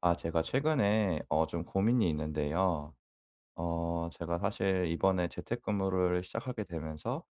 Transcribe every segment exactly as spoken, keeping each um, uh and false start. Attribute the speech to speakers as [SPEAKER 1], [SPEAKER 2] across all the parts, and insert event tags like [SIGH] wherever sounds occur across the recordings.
[SPEAKER 1] 아, 제가 최근에 어 좀 고민이 있는데요. 어 제가 사실 이번에 재택근무를 시작하게 되면서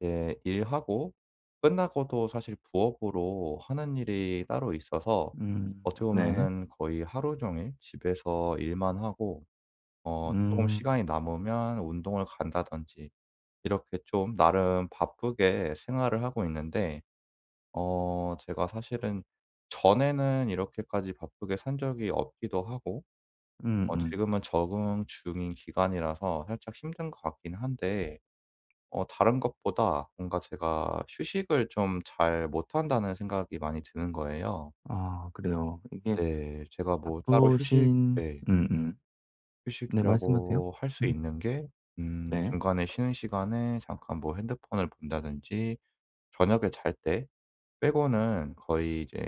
[SPEAKER 1] 이제 일하고 끝나고도 사실 부업으로 하는 일이 따로 있어서
[SPEAKER 2] 음
[SPEAKER 1] 어떻게
[SPEAKER 2] 네.
[SPEAKER 1] 보면은 거의 하루 종일 집에서 일만 하고 어 조금
[SPEAKER 2] 음.
[SPEAKER 1] 시간이 남으면 운동을 간다든지 이렇게 좀 나름 바쁘게 생활을 하고 있는데, 어 제가 사실은 전에는 이렇게까지 바쁘게 산 적이 없기도 하고 어
[SPEAKER 2] 음음.
[SPEAKER 1] 지금은 적응 중인 기간이라서 살짝 힘든 것 같긴 한데, 어 다른 것보다 뭔가 제가 휴식을 좀 잘 못한다는 생각이 많이 드는 거예요.
[SPEAKER 2] 아 그래요. 이게
[SPEAKER 1] 네. 제가 뭐 따로 휴식,
[SPEAKER 2] 바쁘신
[SPEAKER 1] 네.
[SPEAKER 2] 음음. 네 말씀하세요.
[SPEAKER 1] 휴식이라고 할 수
[SPEAKER 2] 음
[SPEAKER 1] 있는 게 음
[SPEAKER 2] 네.
[SPEAKER 1] 중간에 쉬는 시간에 잠깐 뭐 핸드폰을 본다든지 저녁에 잘 때 빼고는 거의 이제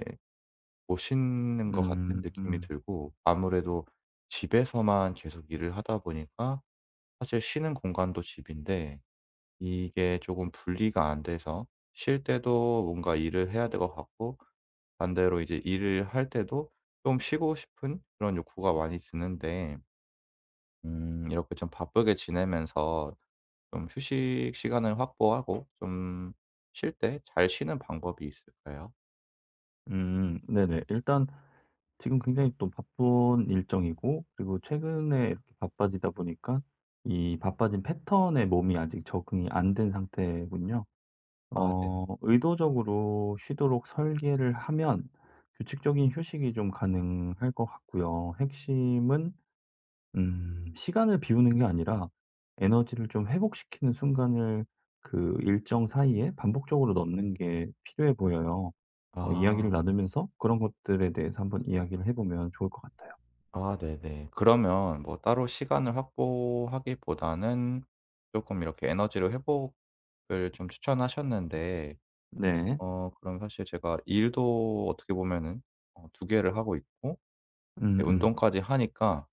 [SPEAKER 1] 못 쉬는 것 같은
[SPEAKER 2] 음.
[SPEAKER 1] 느낌이
[SPEAKER 2] 음
[SPEAKER 1] 들고, 아무래도 집에서만 계속 일을 하다 보니까 사실 쉬는 공간도 집인데 이게 조금 분리가 안 돼서 쉴 때도 뭔가 일을 해야 될 것 같고, 반대로 이제 일을 할 때도 좀 쉬고 싶은 그런 욕구가 많이 드는데, 음 이렇게 좀 바쁘게 지내면서 좀 휴식 시간을 확보하고 좀 쉴 때 잘 쉬는 방법이 있을까요?
[SPEAKER 2] 음. 네네. 일단 지금 굉장히 또 바쁜 일정이고, 그리고 최근에 이렇게 바빠지다 보니까 이 바빠진 패턴에 몸이 아직 적응이 안된 상태군요.
[SPEAKER 1] 아, 네.
[SPEAKER 2] 어 의도적으로 쉬도록 설계를 하면 규칙적인 휴식이 좀 가능할 것 같고요. 핵심은 음 시간을 비우는 게 아니라 에너지를 좀 회복시키는 순간을 그 일정 사이에 반복적으로 넣는 게 필요해 보여요. 어 이야기를
[SPEAKER 1] 아.
[SPEAKER 2] 나누면서 그런 것들에 대해서 한번 이야기를 해 보면 좋을 것 같아요.
[SPEAKER 1] 아, 네네. 그러면 뭐 따로 시간을 확보하기보다는 쪼끔 이렇게 에너지를 회복 을 좀 추천하셨는데,
[SPEAKER 2] 네.
[SPEAKER 1] 어 그럼 사실 제가 일도 어떻게 보면은 어 두 개를 하고 있고
[SPEAKER 2] 음음.
[SPEAKER 1] 이제
[SPEAKER 2] 음.
[SPEAKER 1] 운동까지 하니까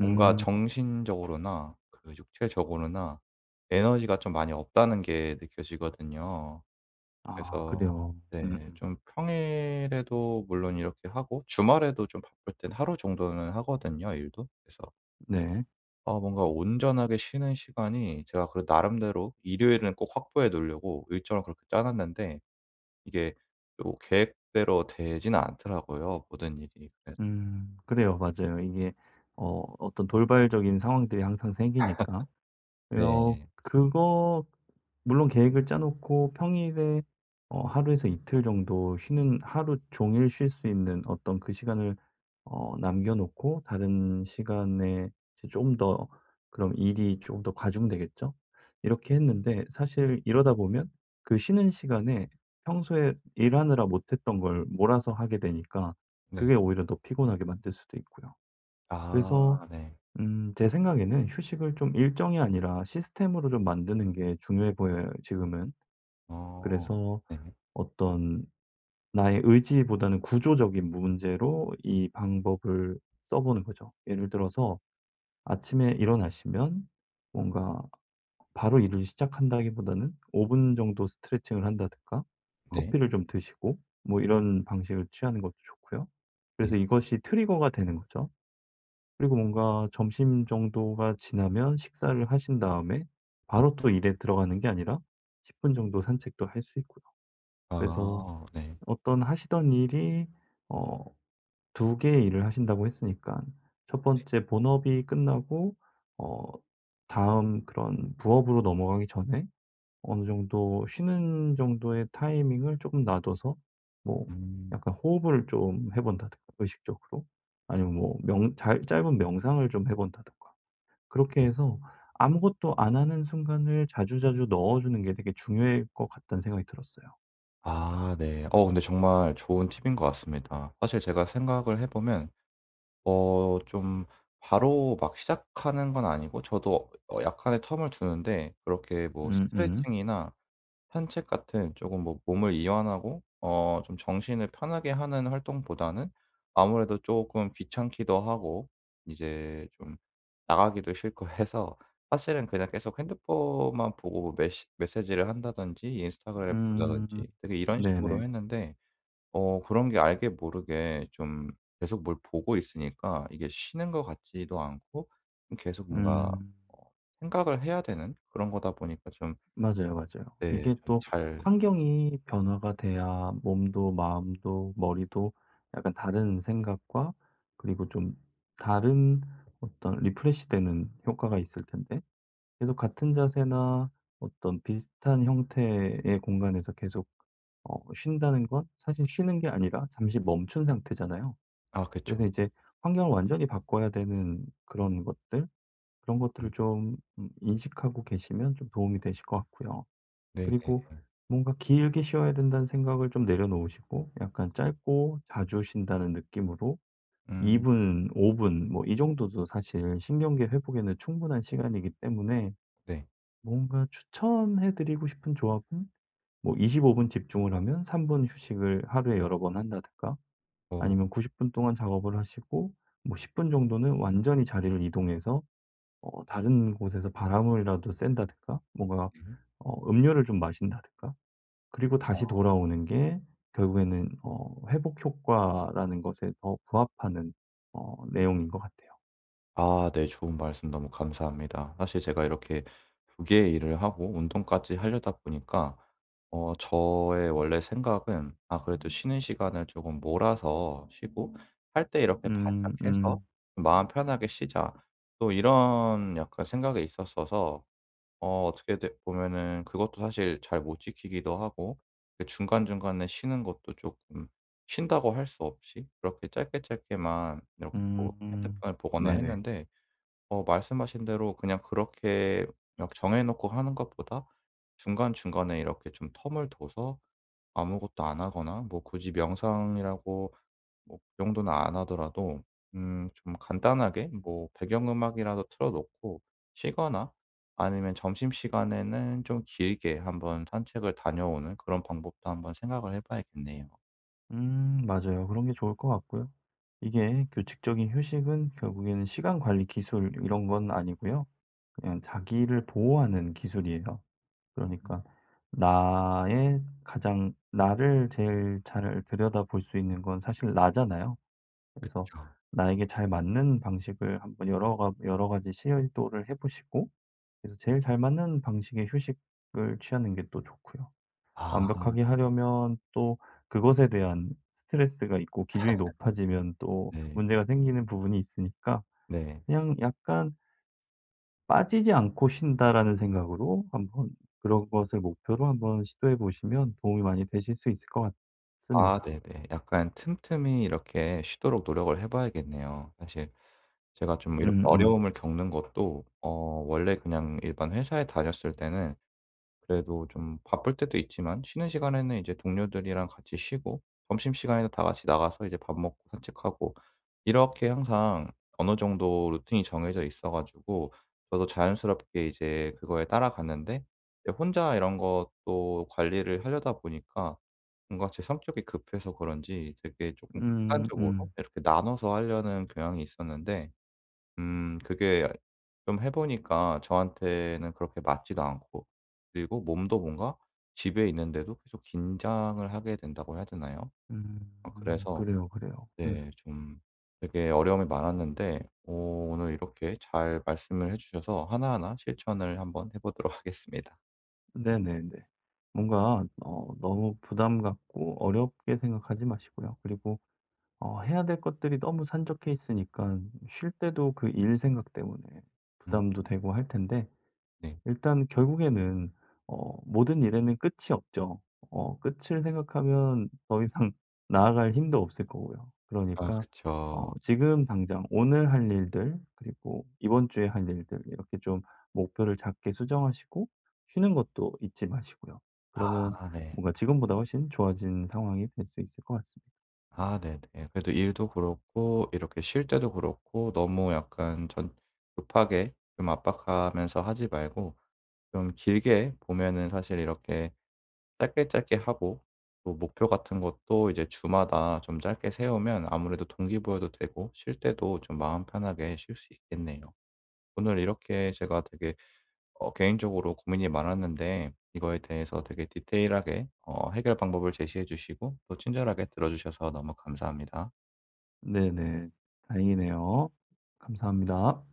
[SPEAKER 1] 뭔가
[SPEAKER 2] 음,
[SPEAKER 1] 정신적으로나 그 육체적으로나 에너지가 좀 많이 없다는 게 느껴지거든요.
[SPEAKER 2] 아
[SPEAKER 1] 그래서
[SPEAKER 2] 그래요. 음음.
[SPEAKER 1] 네, 좀 평일에도 물론 이렇게 하고 주말에도 좀 바쁠 땐 하루 정도는 하거든요, 일도. 그래서
[SPEAKER 2] 네.
[SPEAKER 1] 아, 뭔가 온전하게 쉬는 시간이 제가 그래도 나름대로 일요일은 꼭 확보해 놓으려고 일정을 그렇게 짜 놨는데 이게 또 계획대로 되지는 않더라고요, 모든 일이. 그래서
[SPEAKER 2] 음. 그래요. 맞아요. 이게 어 어떤 돌발적인 상황들이 항상 생기니까 어
[SPEAKER 1] 네.
[SPEAKER 2] 그거 물론 계획을 짜 놓고 평일에 어 하루에서 이틀 정도 쉬는, 하루 종일 쉴 수 있는 어떤 그 시간을 어 남겨 놓고, 다른 시간에 이제 좀 더, 그럼 일이 좀 더 과중되겠죠? 이렇게 했는데 사실 이러다 보면 그 쉬는 시간에 평소에 일하느라 못 했던 걸 몰아서 하게 되니까
[SPEAKER 1] 네.
[SPEAKER 2] 그게 오히려 더 피곤하게 만들 수도 있고요. 그래서
[SPEAKER 1] 아, 네.
[SPEAKER 2] 음 제 생각에는 휴식을 좀 일정이 아니라 시스템으로 좀 만드는 게 중요해 보여요 지금은.
[SPEAKER 1] 어.
[SPEAKER 2] 그래서
[SPEAKER 1] 네.
[SPEAKER 2] 어떤 나의 의지보다는 구조적인 문제로 이 방법을 써 보는 거죠. 예를 들어서 아침에 일어나시면 뭔가 바로 일을 시작한다기보다는 오 분 정도 스트레칭을 한다든가
[SPEAKER 1] 네.
[SPEAKER 2] 커피를 좀 드시고 뭐 이런 방식을 취하는 것도 좋고요.
[SPEAKER 1] 네.
[SPEAKER 2] 그래서 이것이 트리거가 되는 거죠. 그리고 뭔가 점심 정도가 지나면 식사를 하신 다음에
[SPEAKER 1] 네.
[SPEAKER 2] 바로 또 일에 들어가는 게 아니라 십 분 정도 산책도 할 수 있고요. 그래서
[SPEAKER 1] 아, 네.
[SPEAKER 2] 어떤 하시던 일이, 어 두 개의 일을 하신다고 했으니까 첫 번째 본업이 끝나고 어 다음 그런 부업으로 넘어가기 전에 어느 정도 쉬는 정도의 타이밍을 조금 놔둬서 뭐
[SPEAKER 1] 음
[SPEAKER 2] 약간 호흡을 좀 해 본다든가 의식적으로, 아니면 뭐 명 잘 짧은 명상을 좀 해 본다든가. 그렇게
[SPEAKER 1] 네.
[SPEAKER 2] 해서 아무것도 안 하는 순간을 자주자주 넣어 주는 게 되게 중요할 것 같다는 생각이 들었어요.
[SPEAKER 1] 아, 네. 어 근데 정말 좋은 팁인 것 같습니다. 사실 제가 생각을 해 보면 어 좀 바로 막 시작하는 건 아니고 저도 어 약간의 텀을 두는데, 그렇게 뭐
[SPEAKER 2] 음음. 음.
[SPEAKER 1] 스트레칭이나 산책 같은 조금 뭐 몸을 이완하고 어 좀 정신을 편하게 하는 활동보다는 아무래도 쪼끔 귀찮기도 하고 이제 좀 나가기도 싫고 [LAUGHS] 해서 사실은 그냥 계속 핸드폰만 보고 메시 메시지를 한다든지 인스타그램
[SPEAKER 2] 음,
[SPEAKER 1] 본다든지 되게 이런
[SPEAKER 2] 네네.
[SPEAKER 1] 식으로 했는데, 어 그런 게 알게 모르게 좀 계속 뭘 보고 있으니까 이게 쉬는 것 같지도 않고, 좀 계속 뭔가
[SPEAKER 2] 음.
[SPEAKER 1] 어 생각을 해야 되는 그런 거다 보니까 좀
[SPEAKER 2] 맞아요, 맞아요.
[SPEAKER 1] 네
[SPEAKER 2] 이게
[SPEAKER 1] 좀
[SPEAKER 2] 또
[SPEAKER 1] 잘
[SPEAKER 2] 환경이 변화가 돼야 몸도 마음도 머리도 약간 다른 생각과, 그리고 좀 다른 어떤 리프레시 되는 효과가 있을 텐데, 계속 같은 자세나 어떤 비슷한 형태의 공간에서 계속 어 쉰다는 건 사실 쉬는 게 아니라 잠시 멈춘 상태잖아요.
[SPEAKER 1] 아, 그쵸.
[SPEAKER 2] 그래서 이제 환경을 완전히 바꿔야 되는 그런 것들, 그런 것들을
[SPEAKER 1] 음
[SPEAKER 2] 좀 음 인식하고 계시면 좀 도움이 되실 것 같고요.
[SPEAKER 1] 네네.
[SPEAKER 2] 그리고 뭔가 '길게 쉬어야 된다.'는 생각을 좀 내려놓으시고, 약간 짧고 자주 쉰다는 느낌으로 2
[SPEAKER 1] 음
[SPEAKER 2] 분, 오 분 뭐 이 정도도 사실 신경계 회복에는 충분한 시간이기 때문에,
[SPEAKER 1] 네.
[SPEAKER 2] 뭔가 추천해 드리고 싶은 조합은 뭐 이십오 분 집중을 하면 삼 분 휴식을 하루에 여러 번 한다든가,
[SPEAKER 1] 어
[SPEAKER 2] 아니면 구십 분 동안 작업을 하시고 뭐 십 분 정도는 완전히 자리를 이동해서 어 다른 곳에서 바람을라도 쐰다든가, 뭔가
[SPEAKER 1] 네.
[SPEAKER 2] 어 음료를 좀 마신다든가, 그리고
[SPEAKER 1] 아.
[SPEAKER 2] 다시 돌아오는 게 결국에는 어 회복 효과라는 것에 더 부합하는 어 내용인 것 같아요.
[SPEAKER 1] 아, 네. 좋은 말씀 너무 감사합니다. 사실 제가 이렇게 두 개의 일을 하고 운동까지 하려다 보니까 어 저의 원래 생각은 '아, 그래도 쉬는 시간을 조금 몰아서 쉬고 할 때 이렇게 바짝
[SPEAKER 2] 음
[SPEAKER 1] 해서
[SPEAKER 2] 음
[SPEAKER 1] 마음 편하게 쉬자.' 또 이런 약간 생각이 있었어서 어 어떻게 돼- 보면은 그것도 사실 잘 못 지키기도 하고, 그 중간중간에 쉬는 것도 조금 쉰다고 할 수 없이 그렇게 짧게 짧게만 이렇게
[SPEAKER 2] 음.
[SPEAKER 1] 뭐
[SPEAKER 2] 음.
[SPEAKER 1] 핸드폰을 보거나
[SPEAKER 2] 네네.
[SPEAKER 1] 했는데, 어 말씀하신 대로 그냥 그렇게 막 정해 놓고 하는 것보다 중간중간에 이렇게 좀 텀을 둬서 아무것도 안 하거나 뭐 굳이 명상이라고 뭐 그 정도는 안 하더라도 음 좀 간단하게 뭐 배경음악이라도 틀어 놓고 쉬거나 아니면 점심시간에는 좀 길게 한번 산책을 다녀오는 그런 방법도 한번 생각을 해 봐야겠네요.
[SPEAKER 2] 음, 맞아요. 그런 게 좋을 것 같고요. 이게 규칙적인 휴식은 결국에는 시간 관리 기술 이런 건 아니고요. 그냥 자기를 보호하는 기술이에요.
[SPEAKER 1] 음.
[SPEAKER 2] 그러니까 나의 가장, 나를 제일 잘 들여다 볼 수 있는 건 사실 나잖아요. 그래서
[SPEAKER 1] 그쵸.
[SPEAKER 2] 나에게 잘 맞는 방식을 한번 여러 가 여러 가지 시도를 해보시고, 그래서 제일 잘 맞는 방식의 휴식을 취하는 게 또 좋고요.
[SPEAKER 1] 아,
[SPEAKER 2] 완벽하게 하려면 또 그것에 대한 스트레스가 있고, 기준이 높아지면 또
[SPEAKER 1] 네.
[SPEAKER 2] 문제가 생기는 부분이 있으니까
[SPEAKER 1] 네.
[SPEAKER 2] 그냥 약간 '빠지지 않고 쉰다.'라는 생각으로 한번, 그런 것을 목표로 한번 시도해 보시면 도움이 많이 되실 수 있을 것
[SPEAKER 1] 아,
[SPEAKER 2] 같습니다.
[SPEAKER 1] 네네. 약간 틈틈이 이렇게 쉬도록 노력을 해 봐야겠네요. 사실 제가 좀 이렇게
[SPEAKER 2] 음음.
[SPEAKER 1] 어려움을 겪는 것도 어 원래 그냥 일반 회사에 다녔을 때는 그래도 좀 바쁠 때도 있지만 쉬는 시간에는 이제 동료들이랑 같이 쉬고 점심시간에도 다 같이 나가서 이제 밥 먹고 산책하고 이렇게 항상 어느 정도 루틴이 정해져 있어 가지고 저도 자연스럽게 이제 그거에 따라갔는데, 이제 혼자 이런 것도 관리를 하려다 보니까 뭔가 제 성격이 급해서 그런지 되게 조금
[SPEAKER 2] 음
[SPEAKER 1] 극단적으로
[SPEAKER 2] 음.
[SPEAKER 1] 이렇게 나눠서 하려는 경향이 있었는데, 음 그게 좀 해 보니까 저한테는 그렇게 맞지도 않고 그리고 몸도 뭔가 집에 있는데도 계속 긴장을 하게 된다고 해야 되나요?
[SPEAKER 2] 음.
[SPEAKER 1] 아,
[SPEAKER 2] 음,
[SPEAKER 1] 그래서
[SPEAKER 2] 그래요, 그래요. 음.
[SPEAKER 1] 네, 좀 되게 어려움이 많았는데 오, 오늘 이렇게 잘 말씀을 해 주셔서 하나하나 실천을 한번 해 보도록 [LAUGHS] 하겠습니다.
[SPEAKER 2] 네네네. 뭔가 어 너무 부담 갖고 어렵게 생각하지 마시고요. 그리고 어 해야 될 것들이 너무 산적해 있으니까 쉴 때도 그 일 생각 때문에
[SPEAKER 1] 음
[SPEAKER 2] 부담도 되고 할 텐데,
[SPEAKER 1] 네.
[SPEAKER 2] 일단 결국에는 어 모든 일에는 끝이 없죠. 어 끝을 생각하면 더 이상 [LAUGHS] 나아갈 힘도 없을 거고요.
[SPEAKER 1] 아,
[SPEAKER 2] 그러니까 어
[SPEAKER 1] 그쵸.
[SPEAKER 2] 지금 당장 오늘 할 일들, 그리고 이번 주에 할 일들 이렇게 좀 목표를 작게 수정하시고, 쉬는 것도 잊지 마시고요. 그러면
[SPEAKER 1] 아, 네.
[SPEAKER 2] 뭔가 지금보다 훨씬 좋아진 상황이 될 수 있을 것 같습니다.
[SPEAKER 1] 아, 네네. 그래도 일도 그렇고 이렇게 쉴 때도 그렇고 너무 약간 전 급하게 좀 압박하면서 하지 말고 좀 길게 보면은 사실 이렇게 짧게 짧게 하고 또 목표 같은 것도 이제 주마다 좀 짧게 세우면 아무래도 동기부여도 되고 쉴 때도 좀 마음 편하게 쉴 수 있겠네요. 오늘 이렇게 제가 되게 어 개인적으로 고민이 많았는데 이거에 대해서 되게 디테일하게 어 해결 방법을 제시해 주시고 또 친절하게 들어주셔서 너무 감사합니다.
[SPEAKER 2] 네네. 다행이네요. 감사합니다.